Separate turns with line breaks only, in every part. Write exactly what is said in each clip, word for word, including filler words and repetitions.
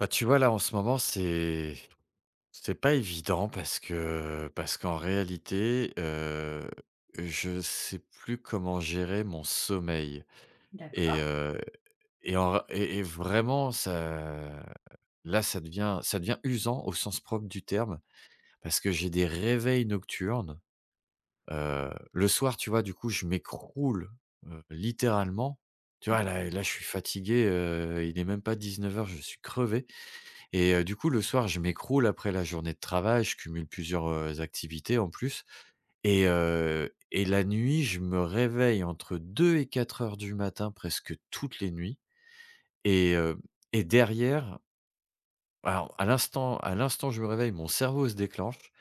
Bah, tu vois, là, en ce moment, c'est c'est pas évident parce que parce qu'en réalité, heu, je sais plus comment gérer mon sommeil et
D'accord,
heu et en et et vraiment ça là, ça devient ça devient usant au sens propre du terme parce que j'ai des réveils nocturnes, heu, le soir, tu vois, du coup, je m'écroule, heu, littéralement, tu vois? Là là, je suis fatigué, heu, il est même pas dix-neuf heures, je suis crevé et heu, du coup, le soir, je m'écroule après la journée de travail, je cumule plusieurs, heu, activités en plus et heu et la nuit, je me réveille entre deux et quatre heures du matin presque toutes les nuits et heu et derrière alors à l'instant à l'instant où je me réveille, mon cerveau se déclenche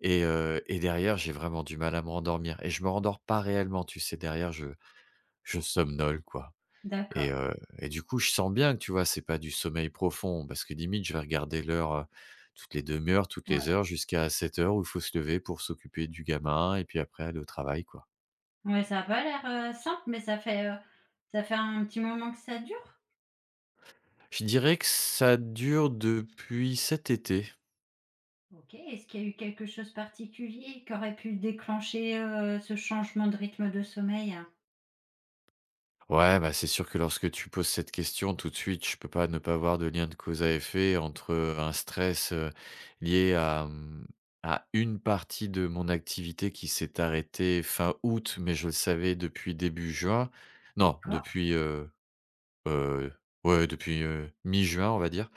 et heu et derrière, j'ai vraiment du mal à me rendormir et je me rendors pas réellement, tu sais? Derrière, je je somnole, quoi.
d'accord,
Et heu et du coup, je sens bien que, tu vois, c'est pas du sommeil profond parce que limite, je vais regarder l'heure, heu, toutes les demi-heures, toutes les
ouais.
heures jusqu'à sept heures où il faut se lever pour s'occuper du gamin et puis après aller au travail, quoi.
Ouais, ça a pas l'air, heu, simple, mais ça fait, heu, ça fait un petit moment que ça dure?
Je dirais que ça dure depuis cet été.
OK. Est-ce qu'il y a eu quelque chose de particulier qui aurait pu déclencher, heu, ce changement de rythme de sommeil, hein?
Ouais, bah, c'est sûr que lorsque tu poses cette question, tout de suite, je peux pas ne pas voir de lien de cause à effet entre un stress, heu, lié à, mmh, à une partie de mon activité qui s'est arrêtée fin août, mais je le savais depuis début juin. Non,
D'accord,
depuis, heu, heu, ouais, depuis, heu, mi-juin, on va dire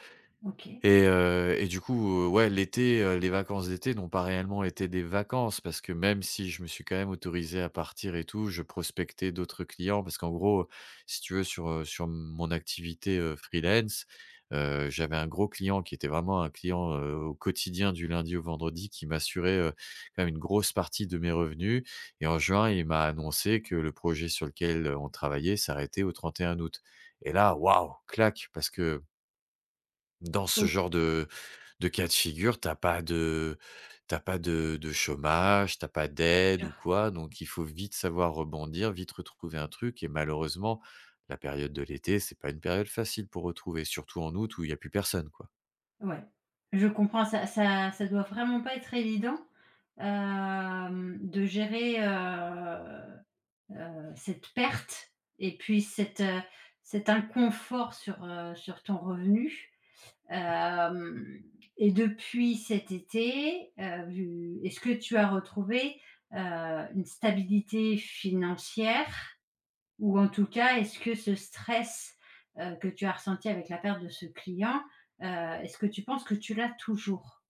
OK.
et heu et du coup, heu, ouais, l'été, heu, les vacances d'été n'ont pas réellement été des vacances parce que même si je me suis quand même autorisé à partir et tout, je prospectais d'autres clients parce qu'en gros, si tu veux, sur, heu, sur mon activité, heu, freelance, heu, j'avais un gros client qui était vraiment un client, heu, au quotidien du lundi au vendredi qui m'assurait, heu, quand même une grosse partie de mes revenus et en juin, il m'a annoncé que le projet sur lequel, heu, on travaillait s'arrêtait au trente et un août et là, waouh, claque parce que dans ce
Oh,
genre de de cas de figure, t'as pas de t'as pas de de chômage, t'as pas d'aide
dur.
ou quoi, donc il faut vite savoir rebondir, vite retrouver un truc et malheureusement, la période de l'été, c'est pas une période facile pour retrouver, surtout en août où il y a plus personne, quoi.
Ouais, je comprends, ça ça ça doit vraiment pas être évident, hem, de gérer, heu heu, cette perte et puis cette heu, cet inconfort sur, heu, sur ton revenu. Hem Et depuis cet été, heu, vu est-ce que tu as retrouvé, heu, une stabilité financière? Ou en tout cas, est-ce que ce stress, heu, que tu as ressenti avec la perte de ce client, heu, est-ce que tu penses que tu l'as toujours?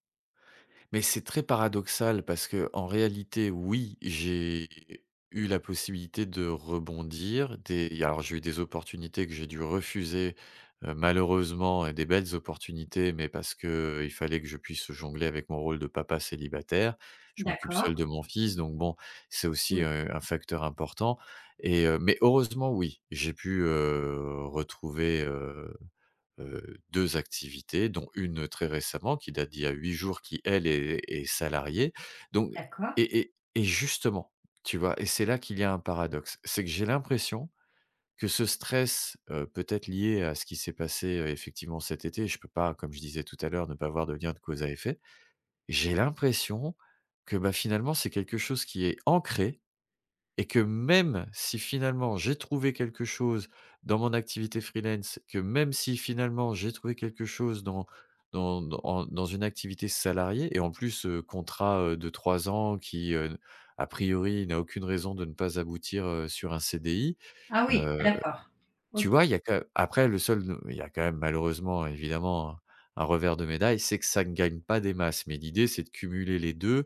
Mais c'est très paradoxal parce que en réalité, oui, j'ai eu la possibilité de rebondir. Des il alors j'ai eu des opportunités que j'ai dû refuser, heu, malheureusement et des belles opportunités, mais parce que il fallait que je puisse jongler avec mon rôle de papa célibataire. Je m'occupe
D'accord,
seul de mon fils, donc bon, c'est aussi,
oui,
heu, un facteur important et heu, mais heureusement oui, j'ai pu, heu, retrouver, heu, deux activités, dont une très récemment qui date d'il y a huit jours, qui elle est est salariée donc
d'accord.
et et et justement, tu vois? Et c'est là qu'il y a un paradoxe. C'est que j'ai l'impression que ce stress, heu, peut-être lié à ce qui s'est passé, heu, effectivement cet été, je peux pas, comme je disais tout à l'heure, ne pas voir de lien de cause à effet. J'ai l'impression que, bah, finalement, c'est quelque chose qui est ancré et que même si finalement j'ai trouvé quelque chose dans mon activité freelance, que même si finalement j'ai trouvé quelque chose dans dans dans en dans une activité salariée et en plus, heu, contrat, heu, de trois ans qui, heu, a priori n'a aucune raison de ne pas aboutir, heu, sur un C D I,
Ah oui,
heu
d'accord. OK.
tu vois, il y a que après le seul euh, il y a quand même malheureusement évidemment un revers de médaille, c'est que ça ne gagne pas des masses, mais l'idée c'est de cumuler les deux,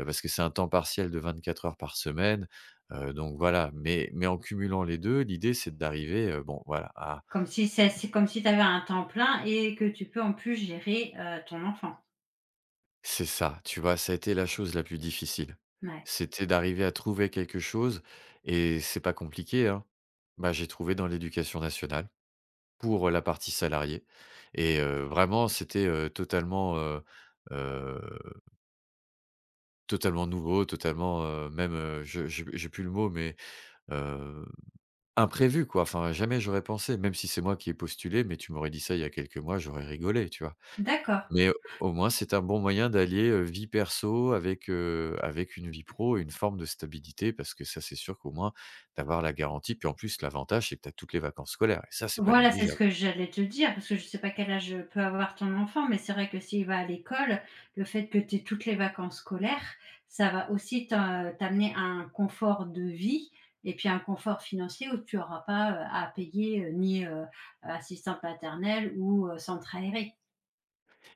heu, parce que c'est un temps partiel de vingt-quatre heures par semaine, heu, donc voilà, mais mais en cumulant les deux, l'idée c'est d'arriver, heu, bon, voilà, à,
Comme si c'est c'est comme si tu avais un temps plein et que tu peux en plus gérer, heu, ton enfant.
c'est ça, tu vois? Ça a été la chose la plus difficile.
Ouais,
C'était d'arriver à trouver quelque chose et c'est pas compliqué, hein. Bah, j'ai trouvé dans l'éducation nationale pour la partie salariée et heu, vraiment c'était, heu, totalement, heu heu, totalement nouveau, totalement, heu, même, heu, je j'ai j'ai plus le mot, mais heu, imprévu, quoi. Enfin jamais j'aurais pensé, même si c'est moi qui ai postulé, mais tu m'aurais dit ça il y a quelques mois, j'aurais rigolé, tu vois?
d'accord.
Mais au moins c'est un bon moyen d'allier, heu, vie perso avec, heu, avec une vie pro et une forme de stabilité, parce que ça c'est sûr qu'au moins d'avoir la garantie, puis en plus l'avantage c'est que tu as toutes les vacances scolaires et ça c'est pas
Voilà, c'est ce
négligeable.
que j'allais te dire, parce que je sais pas quel âge peut avoir ton enfant, mais c'est vrai que s'il va à l'école, le fait que tu aies toutes les vacances scolaires, ça va aussi t'in t'amener un confort de vie et puis un confort financier où tu n'auras pas, heu, à payer, heu, ni, heu, assistante maternelle ou, heu, centre aéré.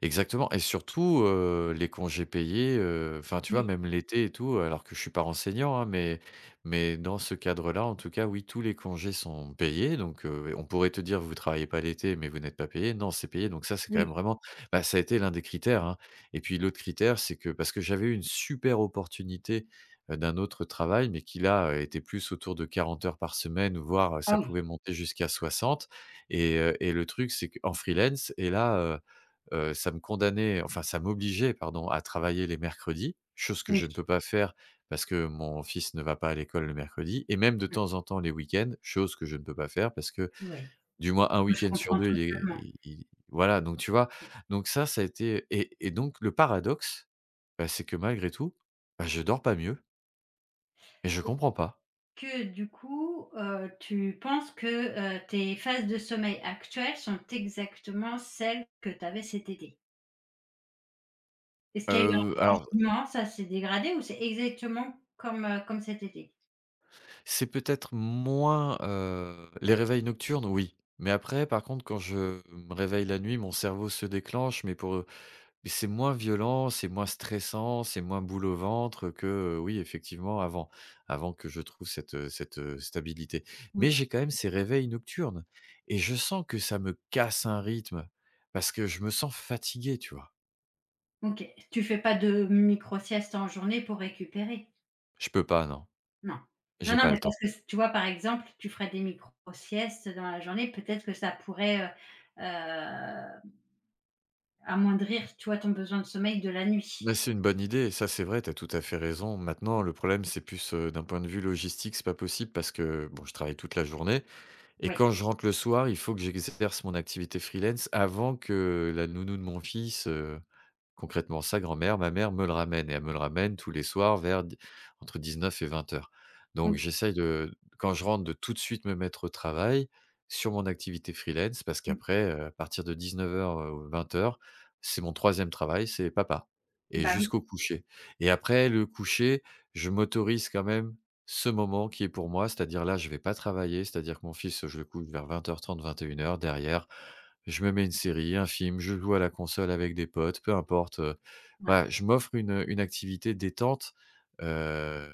Exactement, et surtout, heu, les congés payés, heu, enfin, tu vois,
Oui,
même l'été et tout, alors que je suis pas enseignant, hein, mais mais dans ce cadre-là, en tout cas, oui, tous les congés sont payés, donc heu, on pourrait te dire: «Vous travaillez pas l'été, mais vous n'êtes pas payé.» Non, c'est payé, donc ça, c'est quand même
oui,
vraiment, bah, ça a été l'un des critères, hein, et puis l'autre critère, c'est que, parce que j'avais eu une super opportunité, heu, d'un autre travail, mais qui là, heu, était plus autour de quarante heures par semaine, voire euh, ça
ah oui,
pouvait monter jusqu'à soixante, et heu et le truc, c'est qu'en freelance et là, euh, heu, ça me condamnait, enfin ça m'obligeait, pardon, à travailler les mercredis, chose que
oui,
je ne peux pas faire parce que mon fils ne va pas à l'école le mercredi, et même de
mmh,
temps en temps les week-ends, chose que je ne peux pas faire parce que
oui,
du moins un
je
week-end sur
comprends
deux, il est
totalement.
il il voilà, donc tu vois? Donc ça, ça a été et et donc le paradoxe, bah, c'est que malgré tout, bah, je dors pas mieux et je comprends pas.
Que du coup, heu, tu penses que, heu, tes phases de sommeil actuelles sont exactement celles que tu avais cet été? Est-ce qu'il y a eu
Heu,
un
alors
changement? Ça s'est dégradé ou c'est exactement comme, heu, comme cet été?
c'est peut-être moins, heu, les réveils nocturnes, oui, mais après, par contre, quand je me réveille la nuit, mon cerveau se déclenche, mais pour, Mais c'est moins violent, c'est moins stressant, c'est moins boule au ventre que, heu, oui, effectivement, avant avant que je trouve cette, heu cette, heu, stabilité. Mais
Oui,
j'ai quand même ces réveils nocturnes et je sens que ça me casse un rythme parce que je me sens fatigué, tu vois?
OK. Tu fais pas de micro-sieste en journée pour récupérer?
Je peux pas, non,
Non. Non,
j'ai
non,
pas le
mais parce
temps.
que s tu vois, par exemple, tu ferais des micro-siestes dans la journée, peut-être que ça pourrait, heu heu, amoindrir, tu vois, ton besoin de sommeil de la
Mais
nuit.
c'est une bonne idée, ça, c'est vrai, tu as tout à fait raison. Maintenant, le problème, c'est plus, heu, d'un point de vue logistique, c'est pas possible parce que, bon, je travaille toute la journée et
Oui.
quand je rentre le soir, il faut que j'exerce mon activité freelance avant que la nounou de mon fils, heu Concrètement, sa grand-mère, ma mère me le ramène, et elle me le ramène tous les soirs vers d entre dix-neuf et vingt heures. Donc
OK.
j'essaye, de quand je rentre, de tout de suite me mettre au travail sur mon activité freelance parce
Mmh.
qu'après, heu, à partir de 19:00 heures, euh, ou vingt heures, c'est mon troisième travail, c'est papa, et
Bah, oui,
jusqu'au coucher. Et après le coucher, je m'autorise quand même ce moment qui est pour moi, c'est-à-dire là, je vais pas travailler, c'est-à-dire que mon fils, je le couche vers vingt heures trente-vingt et une heures. Derrière, je me mets une série, un film, je joue à la console avec des potes, peu importe, heu,
ouais.
voilà, je m'offre une, une activité détente, heu,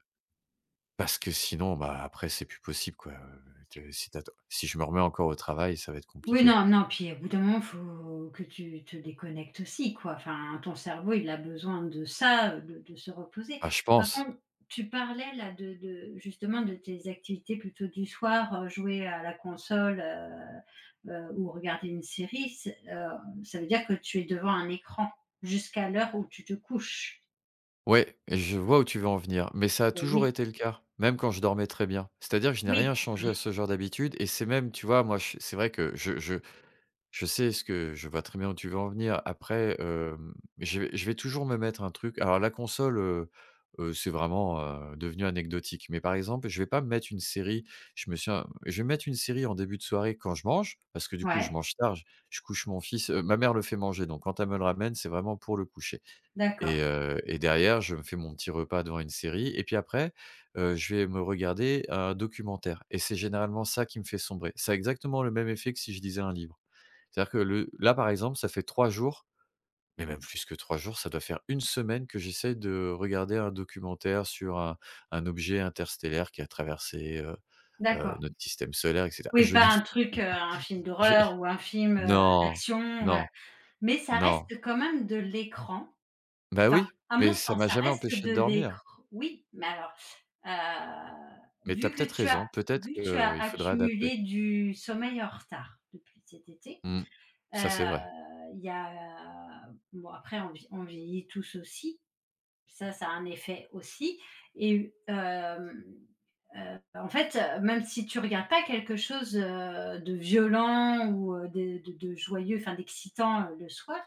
parce que sinon, bah, après c'est plus possible, quoi, heu, te si tu si je me remets encore au travail, ça va être
Oui,
compliqué.
non, non, puis au bout d'un moment, faut que tu te déconnectes aussi, quoi. Enfin, ton cerveau, il a besoin de ça, de, de se reposer.
Ah, je
Par
pense.
contre, tu parlais là de, de- justement de tes activités plutôt du soir, euh, jouer à la console, euh, euh, ou regarder une série. c'est- euh, ça veut dire que tu es devant un écran jusqu'à l'heure où tu te couches.
Ouais, et je vois où tu veux en venir, mais ça a
Eh
toujours
oui,
été le cas, même quand je dormais très bien. C'est-à-dire que je n'ai
oui,
rien changé à ce genre d'habitude et c'est même, tu vois, moi je, c'est vrai que je je. Je sais, ce que je vois très bien où tu veux en venir. Après, hem, je vais je vais toujours me mettre un truc. Alors la console, heu heu, c'est vraiment, heu, devenu anecdotique. Mais par exemple, je vais pas me mettre une série. Je me suis, je vais me mettre une série en début de soirée quand je mange, parce que du coup je
ouais,
mange tard, j je couche mon fils, heu, ma mère le fait manger, donc quand elle me le ramène, c'est vraiment pour le coucher. Et
d'accord,
heu et derrière, je me fais mon petit repas devant une série et puis après, heu, je vais me regarder un documentaire et c'est généralement ça qui me fait sombrer. Ça a exactement le même effet que si je lisais un livre. C'est-à-dire que le là, par exemple, ça fait trois jours, mais même plus que trois jours, ça doit faire une semaine que j'essaye de regarder un documentaire sur un un objet interstellaire qui a traversé, heu heu,
d'accord.
notre système solaire et cetera, et
Oui,
je
pas
n'y
un truc, euh, un film
je
d'horreur ou un film euh,
non,
d'action, voilà.
non,
Mais ça
non.
reste quand même de l'écran.
Bah,
Enfin,
oui,
à mon
mais ça
sens,
m'a
ça
jamais
reste
empêché
de
de dormir.
l'écran. Oui, mais alors, heu,
Mais t'as
vu que
peut-être
tu as
raison, peut-être
vu que tu as
qu'il faudrait adapter.
accumulé du sommeil en retard depuis cet été,
Mmh.
heu,
Ça, c'est vrai.
il y a bon après on vie on vieillit tous aussi, ça, ça a un effet aussi et hem heu, en fait, heu, même si tu regardes pas quelque chose, heu, de violent ou heu, de de de joyeux, enfin d'excitant, heu, le soir,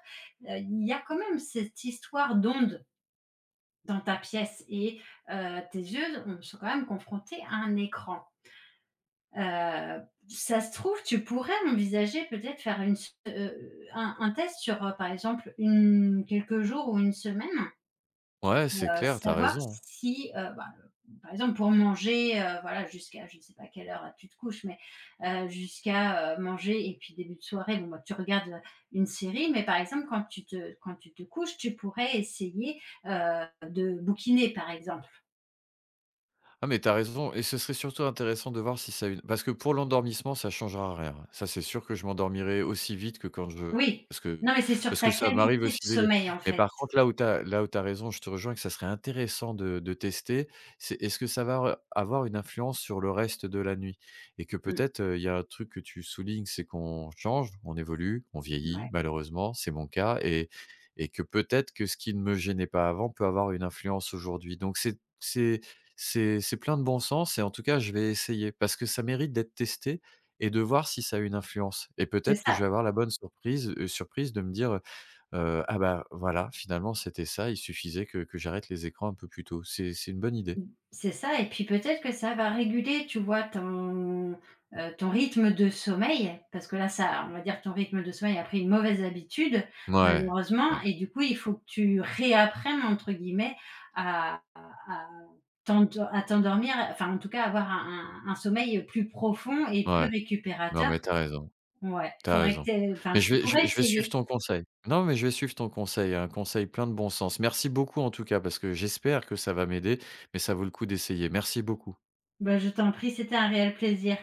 heu, il y a quand même cette histoire d'onde dans ta pièce et heu, tes yeux ont sont quand même confrontés à un écran. Heu, Ça se trouve, tu pourrais envisager peut-être faire une s heu, un un test sur, heu, par exemple, une quelques jours ou une semaine.
Ouais, c'est
Heu,
clair, t'as
savoir
raison.
si, heu, bah, heu, par exemple pour manger, heu, voilà jusqu'à je ne sais pas quelle heure, heu, tu te couches, mais, heu, jusqu'à, heu, manger et puis début de soirée, bon, bah, tu regardes, heu, une série, mais par exemple quand tu te quand tu te couches, tu pourrais essayer, heu, de bouquiner par exemple.
Ah mais t'as raison, et ce serait surtout intéressant de voir si ça a une parce que pour l'endormissement, ça changera rien. Ça, c'est sûr que je m'endormirai aussi vite que quand je
Oui,
parce que
non mais c'est sur
parce que
ta
ça m'arrive
qualité de
aussi de lire.
sommeil en
Mais
fait.
par contre, là où tu as là où t'as raison, je te rejoins que ça serait intéressant de de tester, c'est est-ce que ça va avoir une influence sur le reste de la nuit? Et que
Mmh,
peut-être, heu, il y a un truc que tu soulignes, c'est qu'on change, on évolue, on vieillit
ouais,
malheureusement, c'est mon cas, et et que peut-être que ce qui ne me gênait pas avant peut avoir une influence aujourd'hui. Donc c'est c'est c'est c'est plein de bon sens, et en tout cas, je vais essayer parce que ça mérite d'être testé, et de voir si ça a une influence, et
c'est
peut-être que
ça.
je vais avoir la bonne surprise, heu, surprise de me dire, heu «Ah bah, voilà, finalement, c'était ça, il suffisait que que j'arrête les écrans un peu plus tôt». C'est c'est une bonne idée.
C'est ça et puis peut-être que ça va réguler, tu vois, ton, heu, ton rythme de sommeil, parce que là, ça on va dire ton rythme de sommeil a pris une mauvaise habitude,
Mouais,
malheureusement
ouais,
et du coup, il faut que tu «réapprennes» entre guillemets à à à t'endo à t'endormir, enfin, en tout cas, avoir un un un sommeil plus profond et plus
ouais. Non,
récupérateur.
mais t'as raison,
Ouais,
t'as
faudrait
raison.
que tu
Mais
enfin,
je
tu
vais je
pourrais
vais je vais suivre
essayer.
ton conseil. Non, mais je vais suivre ton conseil, un conseil plein de bon sens. Merci beaucoup, en tout cas, parce que j'espère que ça va m'aider, mais ça vaut le coup d'essayer. Merci beaucoup.
Ben, je t'en prie, c'était un réel plaisir.